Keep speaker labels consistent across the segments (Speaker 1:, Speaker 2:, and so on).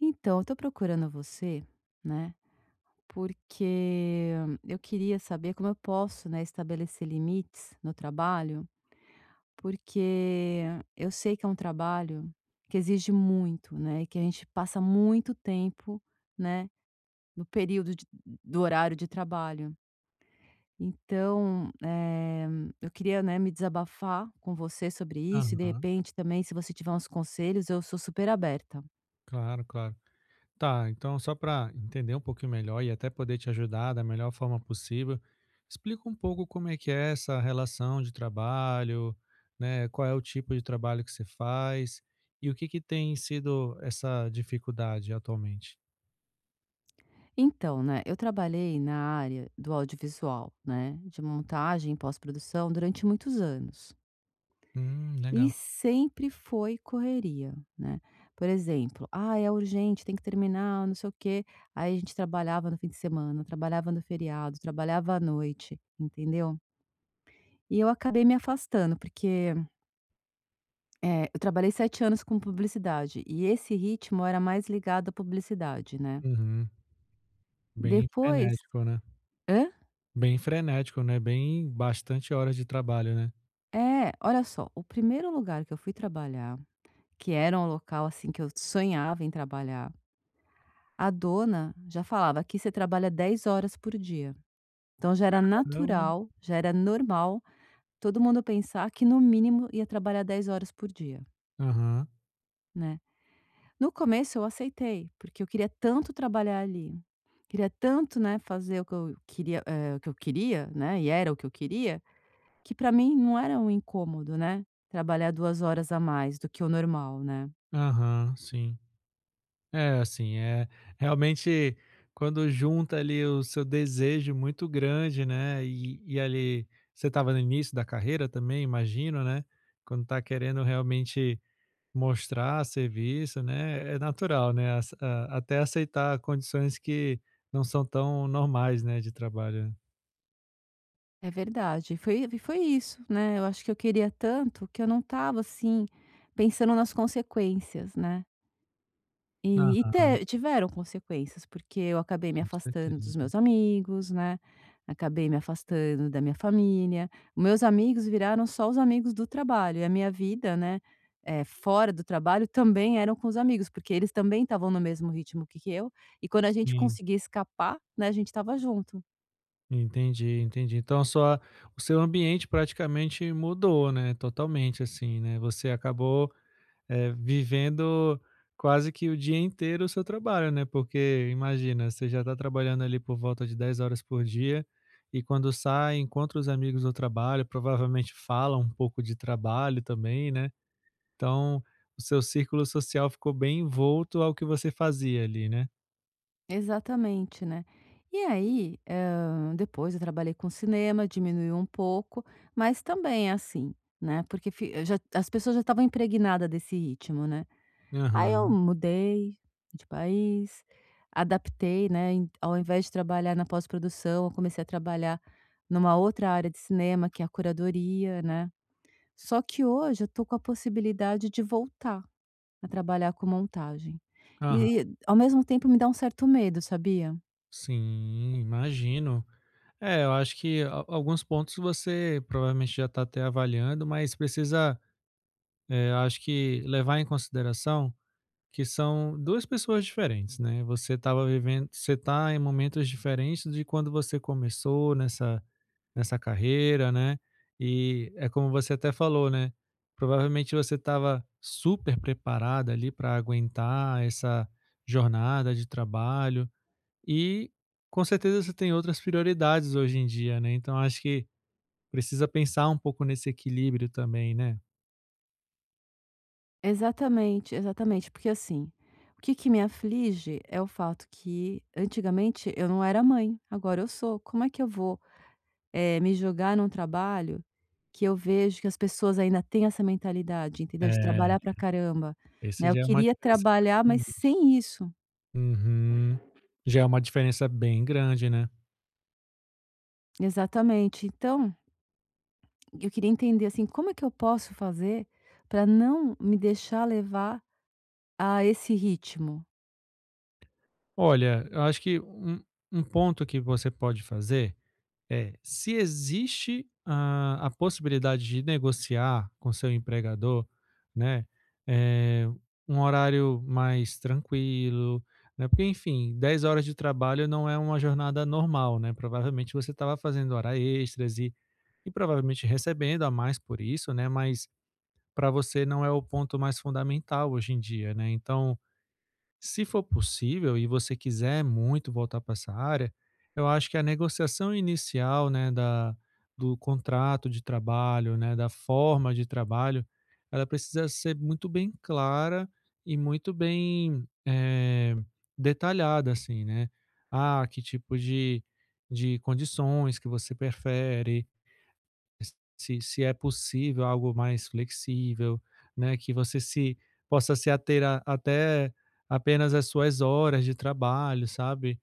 Speaker 1: Então, eu tô procurando você, né? Porque eu queria saber como eu posso, né, estabelecer limites no trabalho, porque eu sei que é um trabalho que exige muito, né? E que a gente passa muito tempo, né, no período de- do horário de trabalho. Então, eu queria, né, me desabafar com você sobre isso e de
Speaker 2: Aham,
Speaker 1: repente também, se você tiver uns conselhos, eu sou super aberta.
Speaker 2: claro, claro. Tá, então só para entender um pouquinho melhor e até poder te ajudar da melhor forma possível, explica um pouco como é que é essa relação de trabalho, né? Qual é o tipo de trabalho que você faz e o que que tem sido essa dificuldade atualmente?
Speaker 1: Então, né, eu trabalhei na área do audiovisual, né, de montagem e pós-produção durante muitos anos. E
Speaker 2: Legal.
Speaker 1: sempre foi correria, né? Por exemplo, ah, é urgente, tem que terminar, não sei o quê. Aí a gente trabalhava no fim de semana, trabalhava no feriado, trabalhava à noite, entendeu? E eu acabei me afastando, porque eu trabalhei 7 anos com publicidade e esse ritmo era mais ligado à publicidade, né?
Speaker 2: Uhum. Bem
Speaker 1: Depois.
Speaker 2: frenético, né?
Speaker 1: Hã?
Speaker 2: Bem frenético, né? Bem bastante horas de trabalho, né?
Speaker 1: É, olha só, o primeiro lugar que eu fui trabalhar, que era um local, assim, que eu sonhava em trabalhar, a dona já falava: "Aqui você trabalha 10 horas por dia". Então já era
Speaker 2: Caramba.
Speaker 1: natural, já era normal todo mundo pensar que no mínimo ia trabalhar 10 horas por dia,
Speaker 2: Aham,
Speaker 1: né. No começo eu aceitei, porque eu queria tanto trabalhar ali, queria tanto, né, fazer o que eu queria, o que eu queria, né, e era o que eu queria, que para mim não era um incômodo, né, trabalhar 2 horas a mais do que o normal, né.
Speaker 2: aham, sim. É, assim, é realmente quando junta ali o seu desejo muito grande, né? E ali você estava no início da carreira também, imagino, né? Quando tá querendo realmente mostrar serviço, né? É natural, né? Até aceitar condições que não são tão normais, né? De trabalho.
Speaker 1: É verdade. Foi e foi isso, né, eu acho que eu queria tanto que eu não estava, assim, pensando nas consequências, né. E
Speaker 2: Ah,
Speaker 1: te tiveram consequências, porque eu acabei me
Speaker 2: com
Speaker 1: afastando dos
Speaker 2: certeza.
Speaker 1: meus amigos, né, acabei me afastando da minha família. Meus amigos viraram só os amigos do trabalho e a minha vida, né, fora do trabalho também eram com os amigos, porque eles também estavam no mesmo ritmo que eu, e quando a gente
Speaker 2: Sim,
Speaker 1: conseguia escapar, né, a gente tava junto.
Speaker 2: entendi, entendi. Então, só o seu ambiente praticamente mudou, né? Totalmente, assim, né? Você acabou vivendo quase que o dia inteiro o seu trabalho, né, porque imagina, você já está trabalhando ali por volta de 10 horas por dia, e quando sai, encontra os amigos do trabalho, provavelmente fala um pouco de trabalho também, né, então o seu círculo social ficou bem envolto ao que você fazia ali, né.
Speaker 1: Exatamente, né. E aí, depois eu trabalhei com cinema, diminuiu um pouco, mas também assim, né, porque fi eu já as pessoas já estavam impregnadas desse ritmo, né. Aí eu
Speaker 2: Aham,
Speaker 1: mudei de país, adaptei, né, ao invés de trabalhar na pós-produção, eu comecei a trabalhar numa outra área de cinema, que é a curadoria, né. Só que hoje eu tô com a possibilidade de voltar a trabalhar com montagem.
Speaker 2: aham.
Speaker 1: E ao mesmo tempo me dá um certo medo, sabia?
Speaker 2: Sim, imagino. É, eu acho que a alguns pontos você provavelmente já está até avaliando, mas precisa, acho que levar em consideração que são 2 pessoas diferentes, né, você estava vivendo você está em momentos diferentes de quando você começou nessa carreira, né, e é como você até falou, né, provavelmente você estava super preparada ali para aguentar essa jornada de trabalho e com certeza você tem outras prioridades hoje em dia, né, então acho que precisa pensar um pouco nesse equilíbrio também, né.
Speaker 1: Exatamente, exatamente, porque assim, o que que me aflige é o fato que antigamente eu não era mãe, agora eu sou. Como é que eu vou, me jogar num trabalho que eu vejo que as pessoas ainda têm essa mentalidade, entendeu, de
Speaker 2: É,
Speaker 1: trabalhar pra caramba,
Speaker 2: esse
Speaker 1: né. Eu
Speaker 2: já é uma
Speaker 1: queria
Speaker 2: diferença.
Speaker 1: trabalhar, mas sem isso.
Speaker 2: Uhum. Já é uma diferença bem grande, né.
Speaker 1: Exatamente. Então, eu queria entender, assim, como é que eu posso fazer para não me deixar levar a esse ritmo?
Speaker 2: Olha, eu acho que um ponto que você pode fazer é, se existe a possibilidade de negociar com seu empregador, né, eh, um horário mais tranquilo, né, porque enfim, 10 horas de trabalho não é uma jornada normal, né, provavelmente você estava fazendo hora extras e provavelmente recebendo a mais por isso, né, mas para você não é o ponto mais fundamental hoje em dia, né. Então, se for possível e você quiser muito voltar para essa área, eu acho que a negociação inicial, né, da do contrato de trabalho, né, da forma de trabalho, ela precisa ser muito bem clara e muito bem, detalhada, assim, né. Ah, que tipo de condições que você prefere, se é possível algo mais flexível, né, que você se possa se ater a até apenas às suas horas de trabalho, sabe.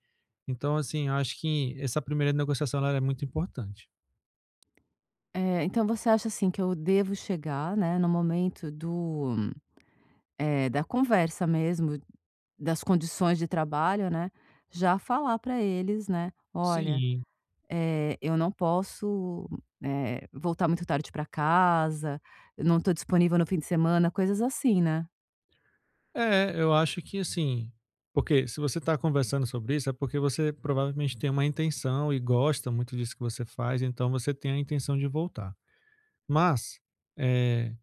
Speaker 2: Então, assim, eu acho que essa primeira negociação ela é muito importante.
Speaker 1: É, então você acha, assim, que eu devo chegar, né, no momento do, da conversa mesmo, das condições de trabalho, né, já falar para eles, né: "Olha,
Speaker 2: Sim.
Speaker 1: eu não posso, voltar muito tarde para casa, eu não estou disponível no fim de semana", coisas assim, né.
Speaker 2: É, eu acho que assim, porque se você está conversando sobre isso, é porque você provavelmente tem uma intenção e gosta muito disso que você faz, então você tem a intenção de voltar. Mas, eh,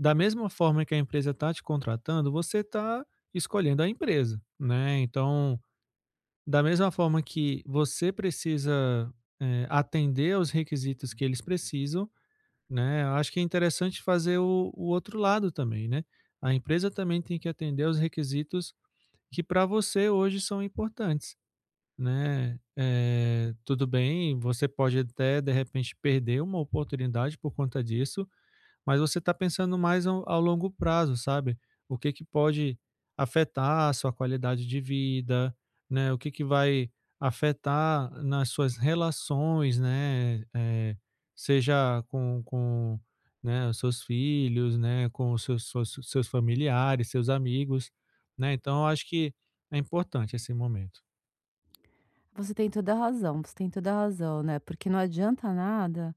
Speaker 2: da mesma forma que a empresa está te contratando, você está escolhendo a empresa, né. Então, da mesma forma que você precisa, atender aos requisitos que eles precisam, né, eu acho que é interessante fazer o outro lado também, né. A empresa também tem que atender aos requisitos que para você hoje são importantes, né. Eh, tudo bem, você pode até de repente perder uma oportunidade por conta disso, mas você está pensando mais ao longo prazo, sabe? O que que pode afetar a sua qualidade de vida, né? O que que vai afetar nas suas relações, né? Eh, seja com, né, os seus filhos, né, com os seus familiares, seus amigos, né? Então eu acho que é importante esse momento.
Speaker 1: Você tem toda a razão, você tem toda a razão, né, porque não adianta nada,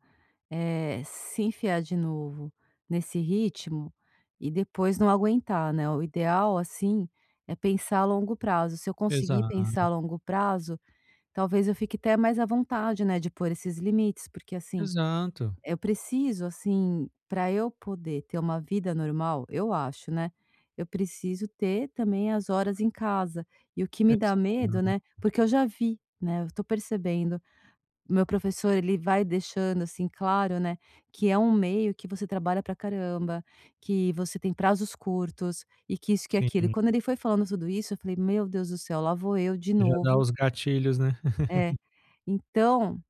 Speaker 1: Se enfiar de novo nesse ritmo e depois não aguentar, né. O ideal, assim, é pensar a longo prazo. Se eu conseguir pensar a
Speaker 2: Exato,
Speaker 1: longo prazo, talvez eu fique até mais à vontade, né, de pôr esses limites, porque, assim,
Speaker 2: exato,
Speaker 1: eu preciso, assim, para eu poder ter uma vida normal, eu acho, né, eu preciso ter também as horas em casa. E o que me dá medo,
Speaker 2: exato.
Speaker 1: né, porque eu já vi, né, eu tô percebendo meu professor ele vai deixando, assim, claro, né, que é um meio que você trabalha pra caramba, que você tem prazos curtos e que isso, que aquilo. E
Speaker 2: Sim,
Speaker 1: quando ele foi falando tudo isso, eu falei: "Meu Deus do céu, lá vou eu de
Speaker 2: já dá
Speaker 1: novo".
Speaker 2: os gatilhos, né?
Speaker 1: É, então,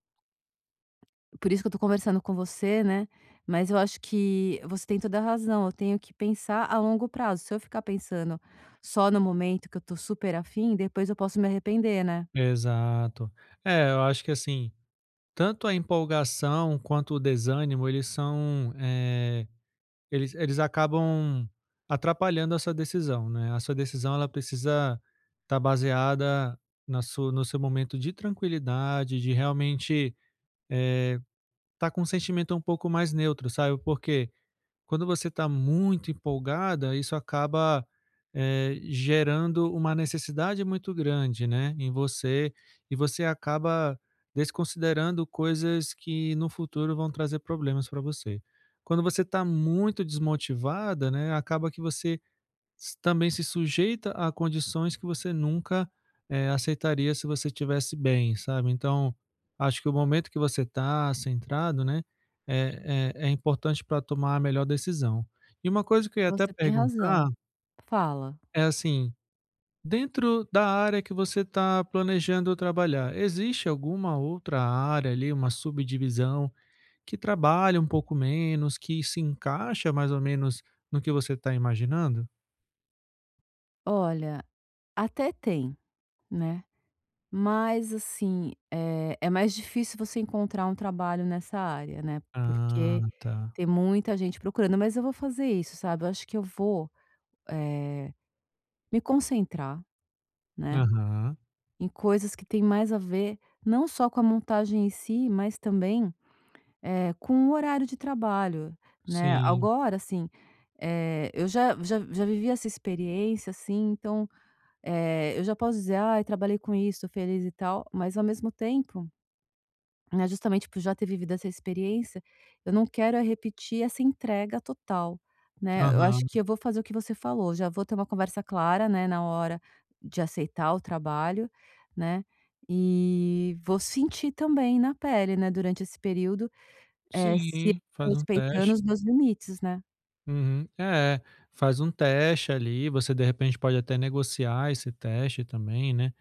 Speaker 1: por isso que eu tô conversando com você, né, mas eu acho que você tem toda a razão, eu tenho que pensar a longo prazo. Se eu ficar pensando só no momento que eu tô super afim, depois eu posso me arrepender, né.
Speaker 2: Exato. É, eu acho que assim, tanto a empolgação quanto o desânimo, eles são, eles acabam atrapalhando essa decisão, né. A sua decisão ela precisa estar baseada na sua no seu momento de tranquilidade, de realmente estar com um sentimento um pouco mais neutro, sabe por quê? Quando você está muito empolgada, isso acaba, gerando uma necessidade muito grande, né, em você, e você acaba desconsiderando coisas que no futuro vão trazer problemas para você. Quando você está muito desmotivada, né, acaba que você S também se sujeita a condições que você nunca, aceitaria se você estivesse bem, sabe. Então, acho que o momento que você está centrado, né, é importante para tomar a melhor decisão. E uma coisa que eu ia até
Speaker 1: Você tem razão.
Speaker 2: perguntar
Speaker 1: Fala,
Speaker 2: é assim, dentro da área que você está planejando trabalhar, existe alguma outra área ali, uma subdivisão, que trabalha um pouco menos, que se encaixa mais ou menos no que você está imaginando?
Speaker 1: olha, até tem, né. Mas assim, é mais difícil você encontrar um trabalho nessa área, né,
Speaker 2: Ah,
Speaker 1: porque
Speaker 2: tá.
Speaker 1: tem muita gente procurando, mas eu vou fazer isso, sabe, eu acho que eu vou, eh, me concentrar, né,
Speaker 2: Aham,
Speaker 1: em coisas que têm mais a ver não só com a montagem em si, mas também, com o horário de trabalho, né.
Speaker 2: sim.
Speaker 1: Agora assim, eu já vivi essa experiência, assim, então, eu já posso dizer: "ah, trabalhei com isso, estou feliz e tal", mas ao mesmo tempo, né, justamente por já ter vivido essa experiência, eu não quero é repetir essa entrega total, né. Eu acho
Speaker 2: Aham.
Speaker 1: que eu vou fazer o que você falou, já vou ter uma conversa clara, né, na hora de aceitar o trabalho, né, e vou sentir também na pele, né, durante esse período, se eu
Speaker 2: Sim,
Speaker 1: tô
Speaker 2: faz um
Speaker 1: respeitando
Speaker 2: teste.
Speaker 1: os meus limites, né.
Speaker 2: Uhum. É, faz um teste ali, você de repente pode até negociar esse teste também, né?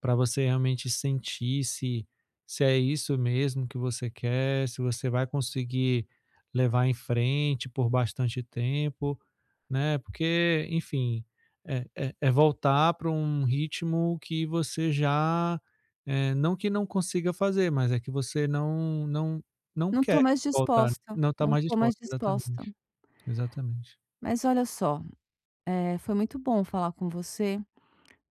Speaker 2: Para você realmente sentir se se é isso mesmo que você quer, se você vai conseguir levar em frente por bastante tempo, né, porque, enfim, é voltar para um ritmo que você já, não que não consiga fazer, mas é que você não
Speaker 1: Não tô
Speaker 2: quer
Speaker 1: mais
Speaker 2: voltar,
Speaker 1: disposta,
Speaker 2: não está
Speaker 1: não
Speaker 2: mais
Speaker 1: tô mais
Speaker 2: disposto,
Speaker 1: disposta.
Speaker 2: exatamente, exatamente.
Speaker 1: Mas olha só, foi muito bom falar com você.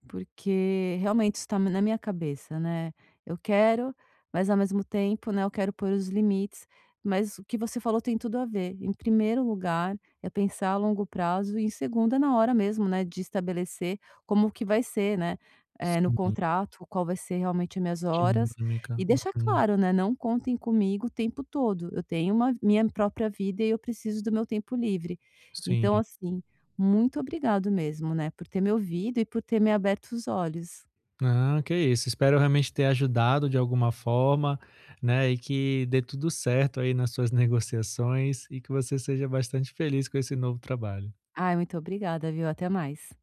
Speaker 1: Porque realmente está na minha cabeça, né. Eu quero, mas ao mesmo tempo, né, eu quero pôr os limites, mas o que você falou tem tudo a ver. Em primeiro lugar, é pensar a longo prazo e em segundo é na hora mesmo, né, de estabelecer como que vai ser, né, no
Speaker 2: Sim,
Speaker 1: contrato, qual vai ser realmente as minhas horas
Speaker 2: dinâmica,
Speaker 1: e deixar
Speaker 2: uhum,
Speaker 1: claro, né, não contem comigo o tempo todo. Eu tenho uma minha própria vida e eu preciso do meu tempo livre. Então
Speaker 2: sim.
Speaker 1: assim muito obrigado mesmo, né, por ter me ouvido e por ter me aberto os olhos.
Speaker 2: Ah, que isso. Espero realmente ter ajudado de alguma forma, né? E que dê tudo certo aí nas suas negociações e que você seja bastante feliz com esse novo trabalho.
Speaker 1: Ai, muito obrigada, viu, até mais.